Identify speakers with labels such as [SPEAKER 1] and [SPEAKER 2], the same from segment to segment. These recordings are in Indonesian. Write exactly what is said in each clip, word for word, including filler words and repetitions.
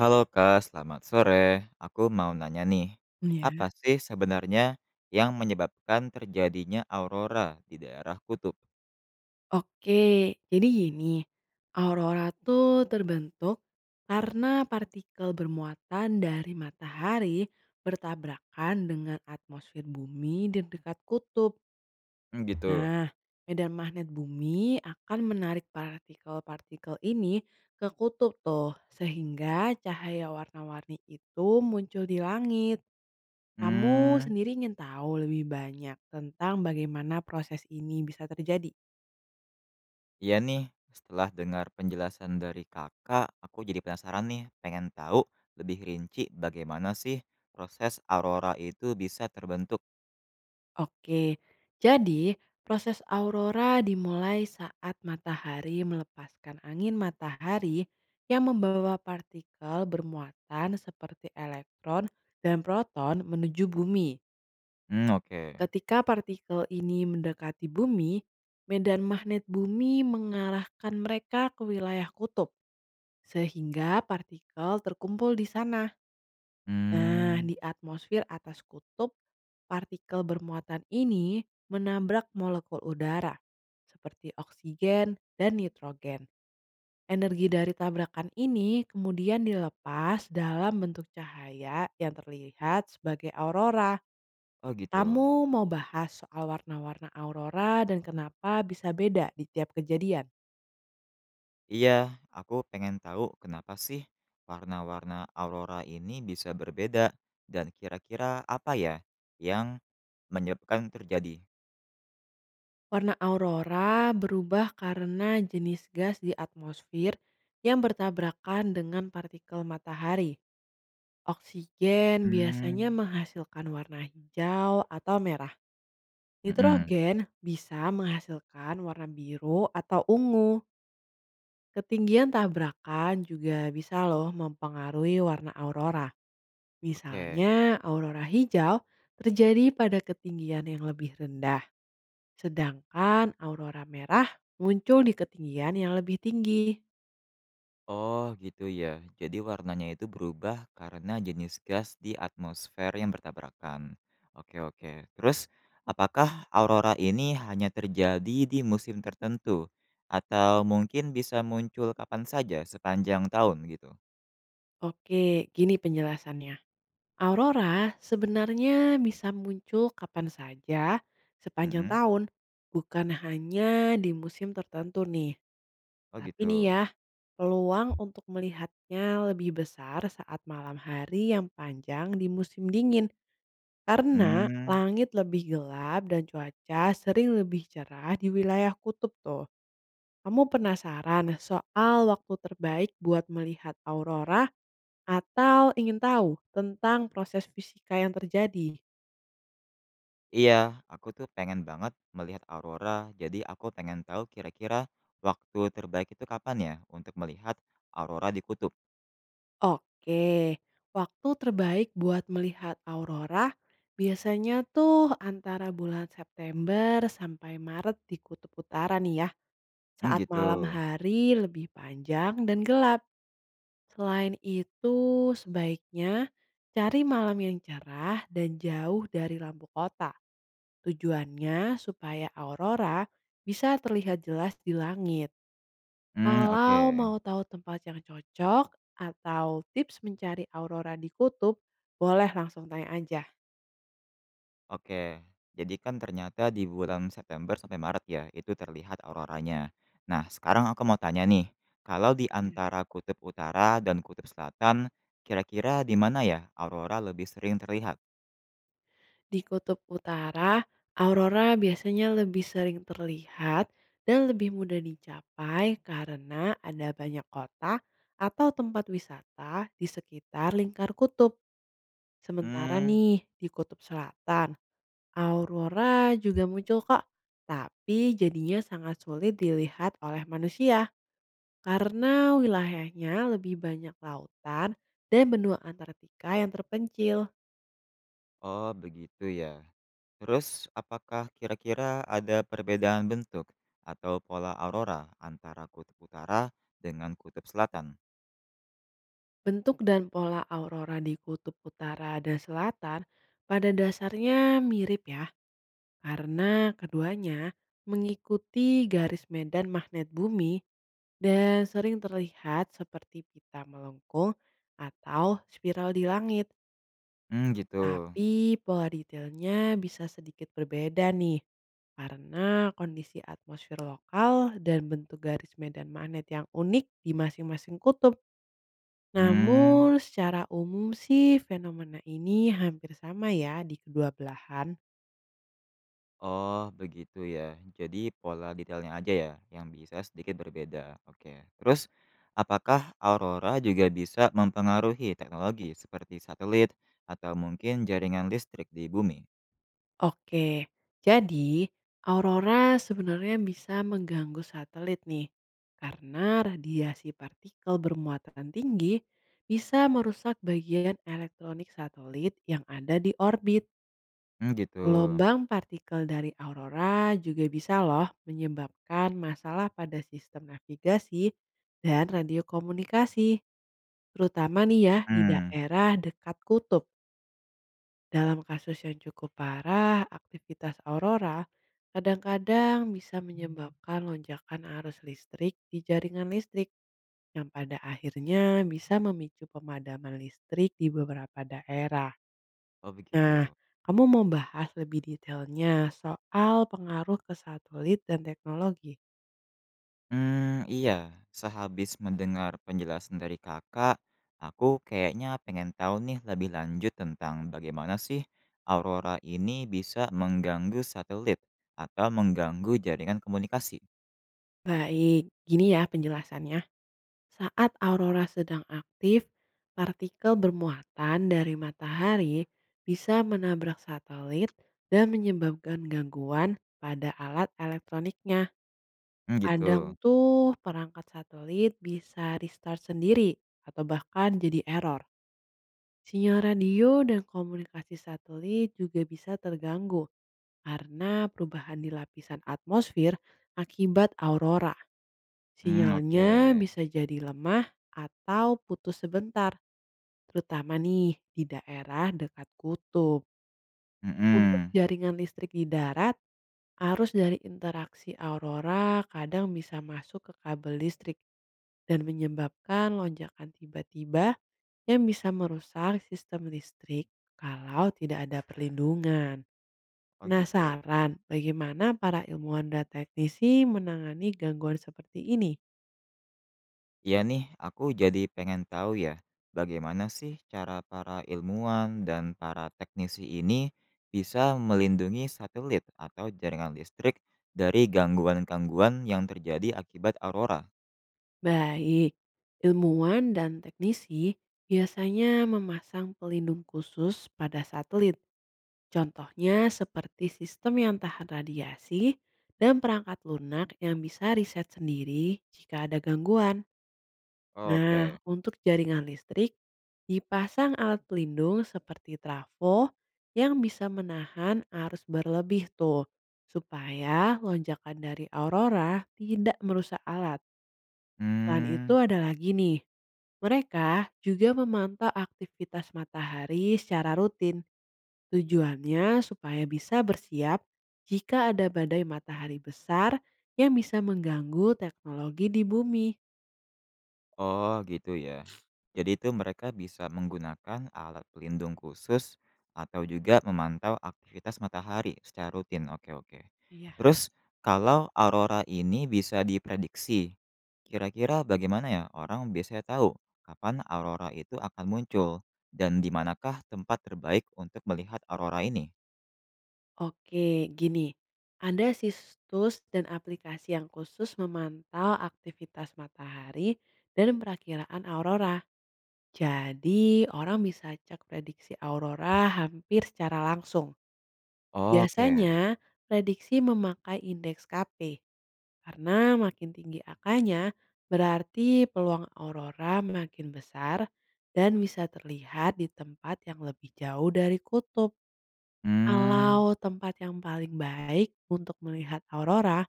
[SPEAKER 1] Halo Kak, selamat sore. Aku mau nanya nih,
[SPEAKER 2] Mmm,
[SPEAKER 1] apa
[SPEAKER 2] ya.
[SPEAKER 1] sih sebenarnya yang menyebabkan terjadinya aurora di daerah kutub?
[SPEAKER 2] Oke, jadi gini, aurora tuh terbentuk karena partikel bermuatan dari matahari bertabrakan dengan atmosfer bumi di dekat kutub.
[SPEAKER 1] Hmm, gitu.
[SPEAKER 2] Nah, medan magnet bumi akan menarik partikel-partikel ini ke kutub tuh, sehingga cahaya warna-warni itu muncul di langit. Kamu
[SPEAKER 1] Hmm,
[SPEAKER 2] sendiri ingin tahu lebih banyak tentang bagaimana proses ini bisa terjadi?
[SPEAKER 1] iya nih, setelah dengar penjelasan dari kakak, aku jadi penasaran nih, pengen tahu lebih rinci bagaimana sih proses aurora itu bisa terbentuk.
[SPEAKER 2] Oke, jadi proses aurora dimulai saat matahari melepaskan angin matahari yang membawa partikel bermuatan seperti elektron dan proton menuju bumi.
[SPEAKER 1] Hmm, oke.
[SPEAKER 2] Ketika partikel ini mendekati bumi, medan magnet bumi mengarahkan mereka ke wilayah kutub, sehingga partikel terkumpul di sana. Nah,
[SPEAKER 1] Hmm,
[SPEAKER 2] di atmosfer atas kutub, partikel bermuatan ini menabrak molekul udara seperti oksigen dan nitrogen. Energi dari tabrakan ini kemudian dilepas dalam bentuk cahaya yang terlihat sebagai aurora.
[SPEAKER 1] oh gitu.
[SPEAKER 2] Kamu mau bahas soal warna-warna aurora dan kenapa bisa beda di tiap kejadian?
[SPEAKER 1] Iya, aku pengen tahu kenapa sih warna-warna aurora ini bisa berbeda dan kira-kira apa ya yang menyebabkan terjadi?
[SPEAKER 2] Warna aurora berubah karena jenis gas di atmosfer yang bertabrakan dengan partikel matahari. Oksigen biasanya
[SPEAKER 1] Hmm.
[SPEAKER 2] menghasilkan warna hijau atau merah.
[SPEAKER 1] Mm-mm.
[SPEAKER 2] Nitrogen bisa menghasilkan warna biru atau ungu. Ketinggian tabrakan juga bisa loh mempengaruhi warna aurora.
[SPEAKER 1] Oke.
[SPEAKER 2] Misalnya aurora hijau terjadi pada ketinggian yang lebih rendah, sedangkan aurora merah muncul di ketinggian yang lebih tinggi.
[SPEAKER 1] Oh gitu ya. Jadi warnanya itu berubah karena jenis gas di atmosfer yang bertabrakan. Oke oke. Terus apakah aurora ini hanya terjadi di musim tertentu atau mungkin bisa muncul kapan saja sepanjang tahun gitu?
[SPEAKER 2] Oke, gini penjelasannya. Aurora sebenarnya bisa muncul kapan saja sepanjang
[SPEAKER 1] Mm-mm.
[SPEAKER 2] tahun, bukan hanya di musim tertentu nih.
[SPEAKER 1] Oh
[SPEAKER 2] Tapi nih
[SPEAKER 1] gitu?
[SPEAKER 2] ya, peluang untuk melihatnya lebih besar saat malam hari yang panjang di musim dingin karena
[SPEAKER 1] Mmm,
[SPEAKER 2] langit lebih gelap dan cuaca sering lebih cerah di wilayah kutub tuh. Kamu penasaran soal waktu terbaik buat melihat aurora atau ingin tahu tentang proses fisika yang terjadi?
[SPEAKER 1] iya, aku tuh pengen banget melihat aurora, jadi aku pengen tahu kira-kira waktu terbaik itu kapan ya untuk melihat aurora di kutub?
[SPEAKER 2] Oke, waktu terbaik buat melihat aurora biasanya tuh antara bulan September sampai Maret di Kutub Utara nih ya,
[SPEAKER 1] Mmm,
[SPEAKER 2] saat
[SPEAKER 1] gitu.
[SPEAKER 2] malam hari lebih panjang dan gelap. Selain itu, sebaiknya cari malam yang cerah dan jauh dari lampu kota. Tujuannya supaya aurora bisa terlihat jelas di langit.
[SPEAKER 1] Mmm, oke
[SPEAKER 2] Kalau mau tahu tempat yang cocok atau tips mencari aurora di kutub, boleh langsung tanya aja.
[SPEAKER 1] oke. Jadi kan ternyata di bulan September sampai Maret ya, itu terlihat auroranya. Nah, sekarang aku mau tanya nih, kalau di
[SPEAKER 2] Iya.
[SPEAKER 1] antara kutub utara dan kutub selatan, kira-kira di mana ya aurora lebih sering terlihat?
[SPEAKER 2] Di kutub utara, aurora biasanya lebih sering terlihat dan lebih mudah dicapai karena ada banyak kota atau tempat wisata di sekitar lingkar kutub. Sementara
[SPEAKER 1] Mmm,
[SPEAKER 2] nih, di kutub selatan, aurora juga muncul kok, tapi jadinya sangat sulit dilihat oleh manusia, karena wilayahnya lebih banyak lautan dan benua Antartika yang terpencil.
[SPEAKER 1] oh begitu ya. Terus, apakah kira-kira ada perbedaan bentuk atau pola aurora antara kutub utara dengan kutub selatan?
[SPEAKER 2] Bentuk dan pola aurora di kutub utara dan selatan pada dasarnya mirip ya, karena keduanya mengikuti garis medan magnet bumi dan sering terlihat seperti pita melengkung atau spiral di langit.
[SPEAKER 1] Hmm, gitu.
[SPEAKER 2] Tapi pola detailnya bisa sedikit berbeda nih, karena kondisi atmosfer lokal dan bentuk garis medan magnet yang unik di masing-masing kutub. Namun
[SPEAKER 1] Hmm,
[SPEAKER 2] secara umum sih fenomena ini hampir sama ya di kedua belahan.
[SPEAKER 1] oh begitu ya. Jadi pola detailnya aja ya yang bisa sedikit berbeda. Oke. Terus, apakah aurora juga bisa mempengaruhi teknologi seperti satelit atau mungkin jaringan listrik di bumi?
[SPEAKER 2] Oke, jadi aurora sebenarnya bisa mengganggu satelit nih, karena radiasi partikel bermuatan tinggi bisa merusak bagian elektronik satelit yang ada di orbit.
[SPEAKER 1] Hmm, gitu.
[SPEAKER 2] Gelombang partikel dari aurora juga bisa loh menyebabkan masalah pada sistem navigasi dan radio komunikasi, terutama nih ya di
[SPEAKER 1] Hmm,
[SPEAKER 2] daerah dekat kutub. Dalam kasus yang cukup parah, aktivitas aurora kadang-kadang bisa menyebabkan lonjakan arus listrik di jaringan listrik yang pada akhirnya bisa memicu pemadaman listrik di beberapa daerah.
[SPEAKER 1] oh
[SPEAKER 2] Nah,
[SPEAKER 1] begitu.
[SPEAKER 2] kamu mau bahas lebih detailnya soal pengaruh ke satelit dan teknologi?
[SPEAKER 1] Hmm iya, sehabis mendengar penjelasan dari Kakak, aku kayaknya pengen tahu nih lebih lanjut tentang bagaimana sih aurora ini bisa mengganggu satelit atau mengganggu jaringan komunikasi?
[SPEAKER 2] Baik, gini ya penjelasannya. Saat aurora sedang aktif, partikel bermuatan dari matahari bisa menabrak satelit dan menyebabkan gangguan pada alat elektroniknya.
[SPEAKER 1] Mmm,
[SPEAKER 2] Kadang
[SPEAKER 1] gitu.
[SPEAKER 2] tuh perangkat satelit bisa restart sendiri atau bahkan jadi error. Sinyal radio dan komunikasi satelit juga bisa terganggu karena perubahan di lapisan atmosfer akibat aurora.
[SPEAKER 1] Hmm oke.
[SPEAKER 2] Sinyalnya bisa jadi lemah atau putus sebentar, terutama nih di daerah dekat kutub. Untuk
[SPEAKER 1] Hmm
[SPEAKER 2] jaringan listrik di darat, arus dari interaksi aurora kadang bisa masuk ke kabel listrik dan menyebabkan lonjakan tiba-tiba yang bisa merusak sistem listrik kalau tidak ada perlindungan.
[SPEAKER 1] Oh, gitu, oke.
[SPEAKER 2] Penasaran bagaimana para ilmuwan dan teknisi menangani gangguan seperti ini?
[SPEAKER 1] Iya nih, aku jadi pengen tahu ya, bagaimana sih cara para ilmuwan dan para teknisi ini bisa melindungi satelit atau jaringan listrik dari gangguan-gangguan yang terjadi akibat aurora?
[SPEAKER 2] Baik, ilmuwan dan teknisi biasanya memasang pelindung khusus pada satelit. Contohnya seperti sistem yang tahan radiasi dan perangkat lunak yang bisa riset sendiri jika ada gangguan. Nah,
[SPEAKER 1] Oke.
[SPEAKER 2] untuk jaringan listrik, dipasang alat pelindung seperti trafo yang bisa menahan arus berlebih tuh, supaya lonjakan dari aurora tidak merusak alat. Selain itu
[SPEAKER 1] Hmm.
[SPEAKER 2] ada lagi nih, mereka juga memantau aktivitas matahari secara rutin. Tujuannya supaya bisa bersiap jika ada badai matahari besar yang bisa mengganggu teknologi di bumi.
[SPEAKER 1] Oh gitu ya. Jadi itu mereka bisa menggunakan alat pelindung khusus atau juga memantau aktivitas matahari secara rutin. Oke oke.
[SPEAKER 2] Iya.
[SPEAKER 1] Terus kalau aurora ini bisa diprediksi, kira-kira bagaimana ya orang biasanya tahu kapan aurora itu akan muncul dan di manakah tempat terbaik untuk melihat aurora ini?
[SPEAKER 2] Oke, gini. Ada situs dan aplikasi yang khusus memantau aktivitas matahari dan perakiraan aurora. Jadi, orang bisa cek prediksi aurora hampir secara langsung.
[SPEAKER 1] Oke.
[SPEAKER 2] Biasanya, prediksi memakai indeks K P karena makin tinggi angkanya berarti peluang aurora makin besar dan bisa terlihat di tempat yang lebih jauh dari kutub.
[SPEAKER 1] Hmm.
[SPEAKER 2] Kalau tempat yang paling baik untuk melihat aurora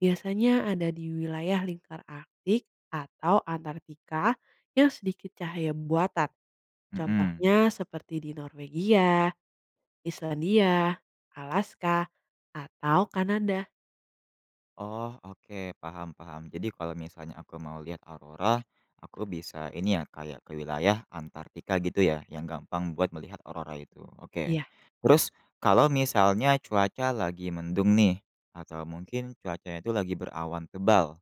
[SPEAKER 2] biasanya ada di wilayah lingkar Arktik atau Antartika yang sedikit cahaya buatan.
[SPEAKER 1] Mm-mm.
[SPEAKER 2] Contohnya seperti di Norwegia, Islandia, Alaska, atau Kanada?
[SPEAKER 1] Oh, oke, paham paham. Jadi kalau misalnya aku mau lihat aurora, aku bisa ini ya, kayak ke wilayah Antartika gitu ya, yang gampang buat melihat aurora itu. Oke.
[SPEAKER 2] Iya.
[SPEAKER 1] Terus kalau misalnya cuaca lagi mendung nih, atau mungkin cuacanya itu lagi berawan tebal.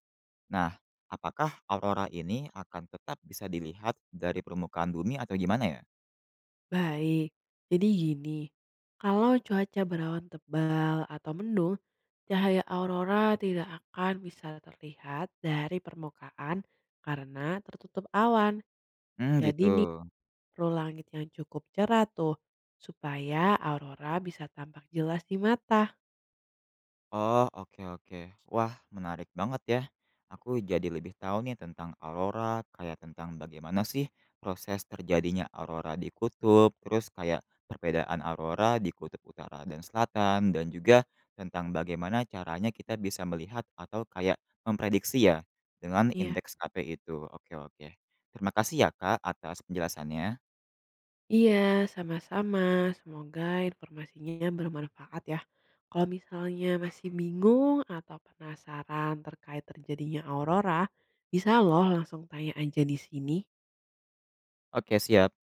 [SPEAKER 1] Nah, apakah aurora ini akan tetap bisa dilihat dari permukaan bumi atau gimana ya?
[SPEAKER 2] Baik, jadi gini, kalau cuaca berawan tebal atau mendung, cahaya aurora tidak akan bisa terlihat dari permukaan karena tertutup awan.
[SPEAKER 1] Hmm, gitu.
[SPEAKER 2] Jadi nih, perlu langit yang cukup cerah tuh, supaya aurora bisa tampak jelas di mata.
[SPEAKER 1] Oh, oke oke. Wah, menarik banget ya. Aku jadi lebih tahu nih tentang aurora, kayak tentang bagaimana sih proses terjadinya aurora di kutub, terus kayak perbedaan aurora di kutub utara dan selatan, dan juga tentang bagaimana caranya kita bisa melihat atau kayak memprediksi ya dengan
[SPEAKER 2] Iya.
[SPEAKER 1] indeks K P itu. Oke oke. Terima kasih ya Kak atas penjelasannya.
[SPEAKER 2] Iya, sama-sama. Semoga informasinya bermanfaat ya. Kalau misalnya masih bingung atau penasaran terkait terjadinya aurora, bisa loh langsung tanya aja di sini.
[SPEAKER 1] Oke, siap.